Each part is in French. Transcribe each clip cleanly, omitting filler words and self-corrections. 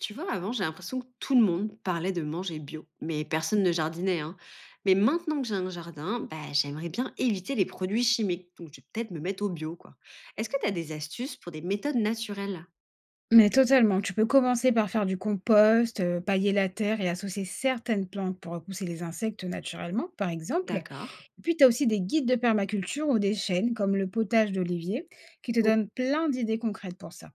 Tu vois, avant, j'ai l'impression que tout le monde parlait de manger bio, mais personne ne jardinait, hein. Mais maintenant que j'ai un jardin, bah, j'aimerais bien éviter les produits chimiques, donc je vais peut-être me mettre au bio, quoi. Est-ce que tu as des astuces pour des méthodes naturelles? Mais totalement, tu peux commencer par faire du compost, pailler la terre et associer certaines plantes pour repousser les insectes naturellement, par exemple. D'accord. Et puis tu as aussi des guides de permaculture ou des chaînes comme le potage d'olivier qui te O- donnent plein d'idées concrètes pour ça.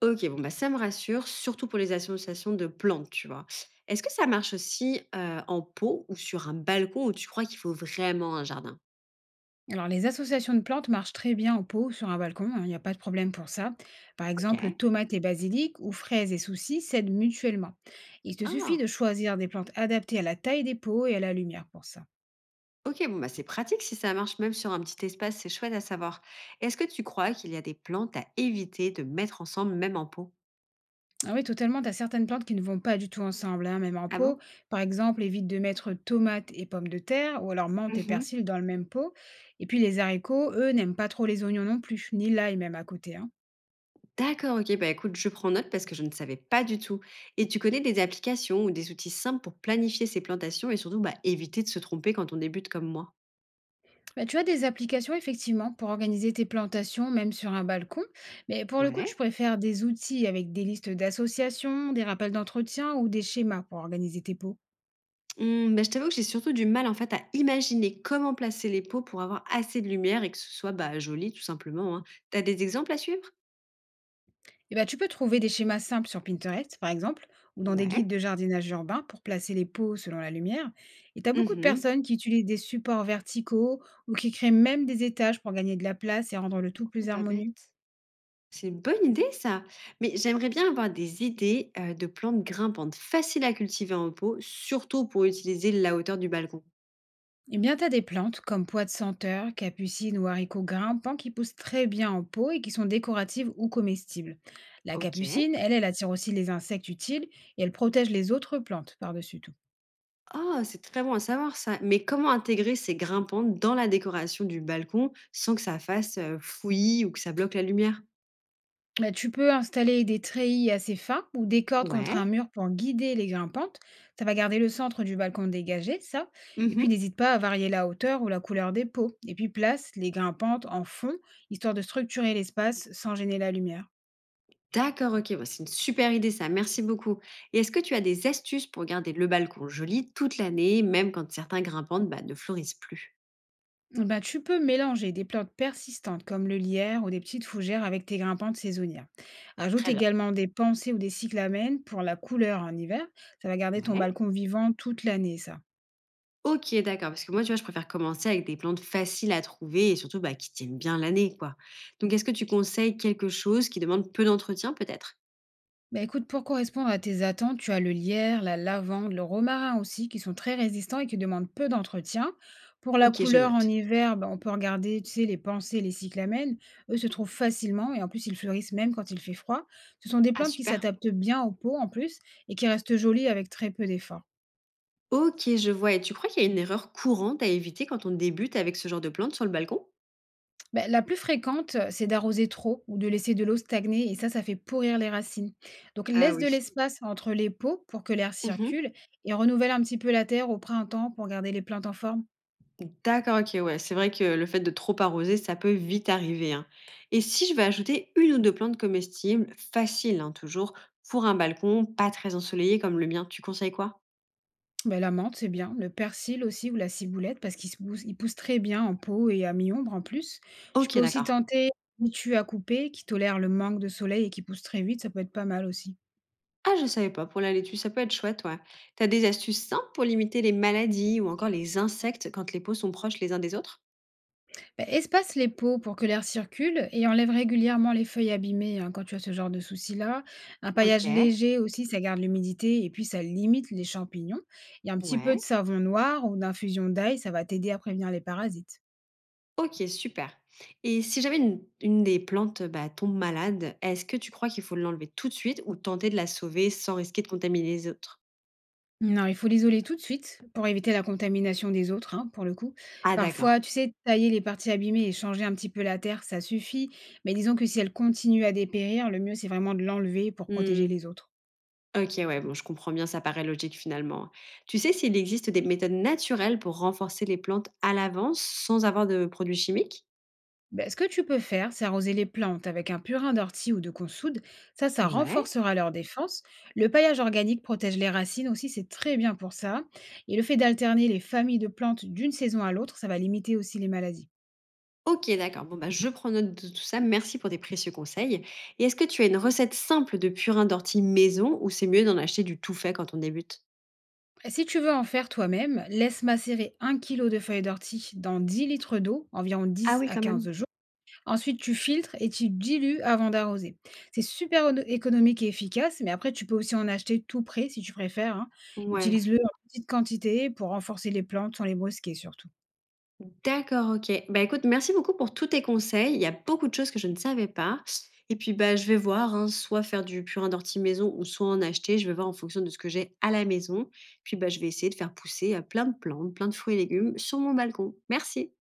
Ok, bon, bah, ça me rassure, surtout pour les associations de plantes, tu vois. Est-ce que ça marche aussi en pot ou sur un balcon où tu crois qu'il faut vraiment un jardin? Alors les associations de plantes marchent très bien en pot ou sur un balcon, hein, il n'y a pas de problème pour ça. Par exemple, Ok. tomates et basilic ou fraises et soucis s'aident mutuellement. Il te suffit Ah, de choisir des plantes adaptées à la taille des pots et à la lumière pour ça. OK, bon, bah, c'est pratique si ça marche même sur un petit espace, c'est chouette à savoir. Est-ce que tu crois qu'il y a des plantes à éviter de mettre ensemble, même en pot? Ah oui, totalement. Tu as certaines plantes qui ne vont pas du tout ensemble, hein, même en Ah pot. bon? Par exemple, évite de mettre tomates et pommes de terre, ou alors menthe et Mhm. persil dans le même pot. Et puis les haricots, eux, n'aiment pas trop les oignons non plus, ni l'ail même à côté, hein. D'accord, ok, bah écoute, je prends note parce que je ne savais pas du tout. Et tu connais des applications ou des outils simples pour planifier ces plantations et surtout bah, éviter de se tromper quand on débute comme moi? Bah, tu as des applications, effectivement, pour organiser tes plantations, même sur un balcon. Mais pour le coup, tu Ouais. préfères des outils avec des listes d'associations, des rappels d'entretien ou des schémas pour organiser tes pots. Bah, je t'avoue que j'ai surtout du mal en fait à imaginer comment placer les pots pour avoir assez de lumière et que ce soit bah, joli tout simplement, hein. T'as des exemples à suivre? Eh ben, tu peux trouver des schémas simples sur Pinterest, par exemple, ou dans des guides Ouais. de jardinage urbain pour placer les pots selon la lumière. Et tu as beaucoup de Mhm. personnes qui utilisent des supports verticaux ou qui créent même des étages pour gagner de la place et rendre le tout plus Pas harmonieux. bête. C'est une bonne idée ça, mais j'aimerais bien avoir des idées, de plantes grimpantes faciles à cultiver en pot, surtout pour utiliser la hauteur du balcon. Eh bien, tu as des plantes comme pois de senteur, capucine ou haricots grimpants qui poussent très bien en pot et qui sont décoratives ou comestibles. La OK. capucine, elle, elle attire aussi les insectes utiles et elle protège les autres plantes par-dessus tout. Oh, c'est très bon à savoir ça, mais comment intégrer ces grimpantes dans la décoration du balcon sans que ça fasse, fouillis ou que ça bloque la lumière? Bah, tu peux installer des treillis assez fins ou des cordes contre un Ouais. mur pour guider les grimpantes. Ça va garder le centre du balcon dégagé, ça. Et puis Mmh. n'hésite pas à varier la hauteur ou la couleur des pots. Et puis place les grimpantes en fond, histoire de structurer l'espace sans gêner la lumière. D'accord, OK, bah, c'est une super idée ça, merci beaucoup, et est-ce que tu as des astuces pour garder le balcon joli toute l'année, même quand certains grimpantes, bah, ne fleurissent plus? Eh ben, tu peux mélanger des plantes persistantes comme le lierre ou des petites fougères avec tes grimpantes saisonnières. Ajoute Très bien. également des pensées ou des cyclamènes pour la couleur en hiver. Ça va garder ton Ouais. balcon vivant toute l'année, ça. OK, d'accord, parce que moi, tu vois, je préfère commencer avec des plantes faciles à trouver et surtout, bah, qui tiennent bien l'année, quoi. Donc, est-ce que tu conseilles quelque chose qui demande peu d'entretien, peut-être? Bah, écoute, pour correspondre à tes attentes, tu as le lierre, la lavande, le romarin aussi, qui sont très résistants et qui demandent peu d'entretien. Pour la OK, je couleur note. en hiver, bah, on peut regarder, tu sais, les pensées, les cyclamènes. Eux se trouvent facilement et en plus, ils fleurissent même quand il fait froid. Ce sont des Ah, plantes qui super. s'adaptent bien aux peaux en plus et qui restent jolies avec très peu d'efforts. OK, je vois. Et tu crois qu'il y a une erreur courante à éviter quand on débute avec ce genre de plantes sur le balcon? Bah, la plus fréquente, c'est d'arroser trop ou de laisser de l'eau stagner et ça fait pourrir les racines. Donc Ah laisse de oui. l'espace entre les pots pour que l'air Mhm. circule et renouvelle un petit peu la terre au printemps pour garder les plantes en forme. D'accord, ok, ouais. C'est vrai que le fait de trop arroser, ça peut vite arriver, hein. Et si je vais ajouter une ou deux plantes comestibles, faciles, hein, toujours, pour un balcon pas très ensoleillé comme le mien, tu conseilles quoi? Bah, la menthe, c'est bien, le persil aussi ou la ciboulette parce ils poussent très bien en pot et à mi-ombre en plus. Tu Ok, peux aussi d'accord. tenter tu à couper qui tolère le manque de soleil et qui pousse très vite, ça peut être pas mal aussi. Ah, je savais pas pour la laitue, ça peut être chouette, ouais. T'as des astuces simples pour limiter les maladies ou encore les insectes quand les pots sont proches les uns des autres? Bah, espace les pots pour que l'air circule et enlève régulièrement les feuilles abîmées, hein, quand tu as ce genre de souci-là. Un Ok, paillage léger aussi, ça garde l'humidité et puis ça limite les champignons. Et un petit peu ouais. de savon noir ou d'infusion d'ail, ça va t'aider à prévenir les parasites. Ok, super. Et si jamais une des plantes bah, tombe malade, est-ce que tu crois qu'il faut l'enlever tout de suite ou tenter de la sauver sans risquer de contaminer les autres? Non, il faut l'isoler tout de suite pour éviter la contamination des autres, hein, pour le coup. Ah, d'accord. Parfois, tu sais, tailler les parties abîmées et changer un petit peu la terre, ça suffit. Mais disons que si elle continue à dépérir, le mieux, c'est vraiment de l'enlever pour protéger Hmm. les autres. Ok, ouais, bon, je comprends bien, ça paraît logique finalement. Tu sais s'il existe des méthodes naturelles pour renforcer les plantes à l'avance sans avoir de produits chimiques? Ben, ce que tu peux faire, c'est arroser les plantes avec un purin d'ortie ou de consoude. Ça Ouais. renforcera leur défense. Le paillage organique protège les racines aussi, c'est très bien pour ça. Et le fait d'alterner les familles de plantes d'une saison à l'autre, ça va limiter aussi les maladies. Ok, d'accord. Bon, bah, je prends note de tout ça. Merci pour tes précieux conseils. Et est-ce que tu as une recette simple de purin d'ortie maison ou c'est mieux d'en acheter du tout fait quand on débute? Si tu veux en faire toi-même, laisse macérer 1 kilo de feuilles d'ortie dans 10 litres d'eau, environ Ah dix oui, à quand même. quinze jours. Ensuite, tu filtres et tu dilues avant d'arroser. C'est super économique et efficace, mais après, tu peux aussi en acheter tout prêt si tu préfères, hein. Ouais, Utilise-le en petite quantité pour renforcer les plantes sans les brusquer surtout. d'accord, ok. Bah écoute, merci beaucoup pour tous tes conseils. Il y a beaucoup de choses que je ne savais pas. Et puis bah je vais voir, hein, soit faire du purin d'ortie maison ou soit en acheter. Je vais voir en fonction de ce que j'ai à la maison. Puis bah je vais essayer de faire pousser plein de plantes, plein de fruits et légumes sur mon balcon. Merci.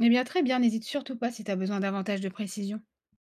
Eh bien, très bien, n'hésite surtout pas si tu as besoin davantage de précision.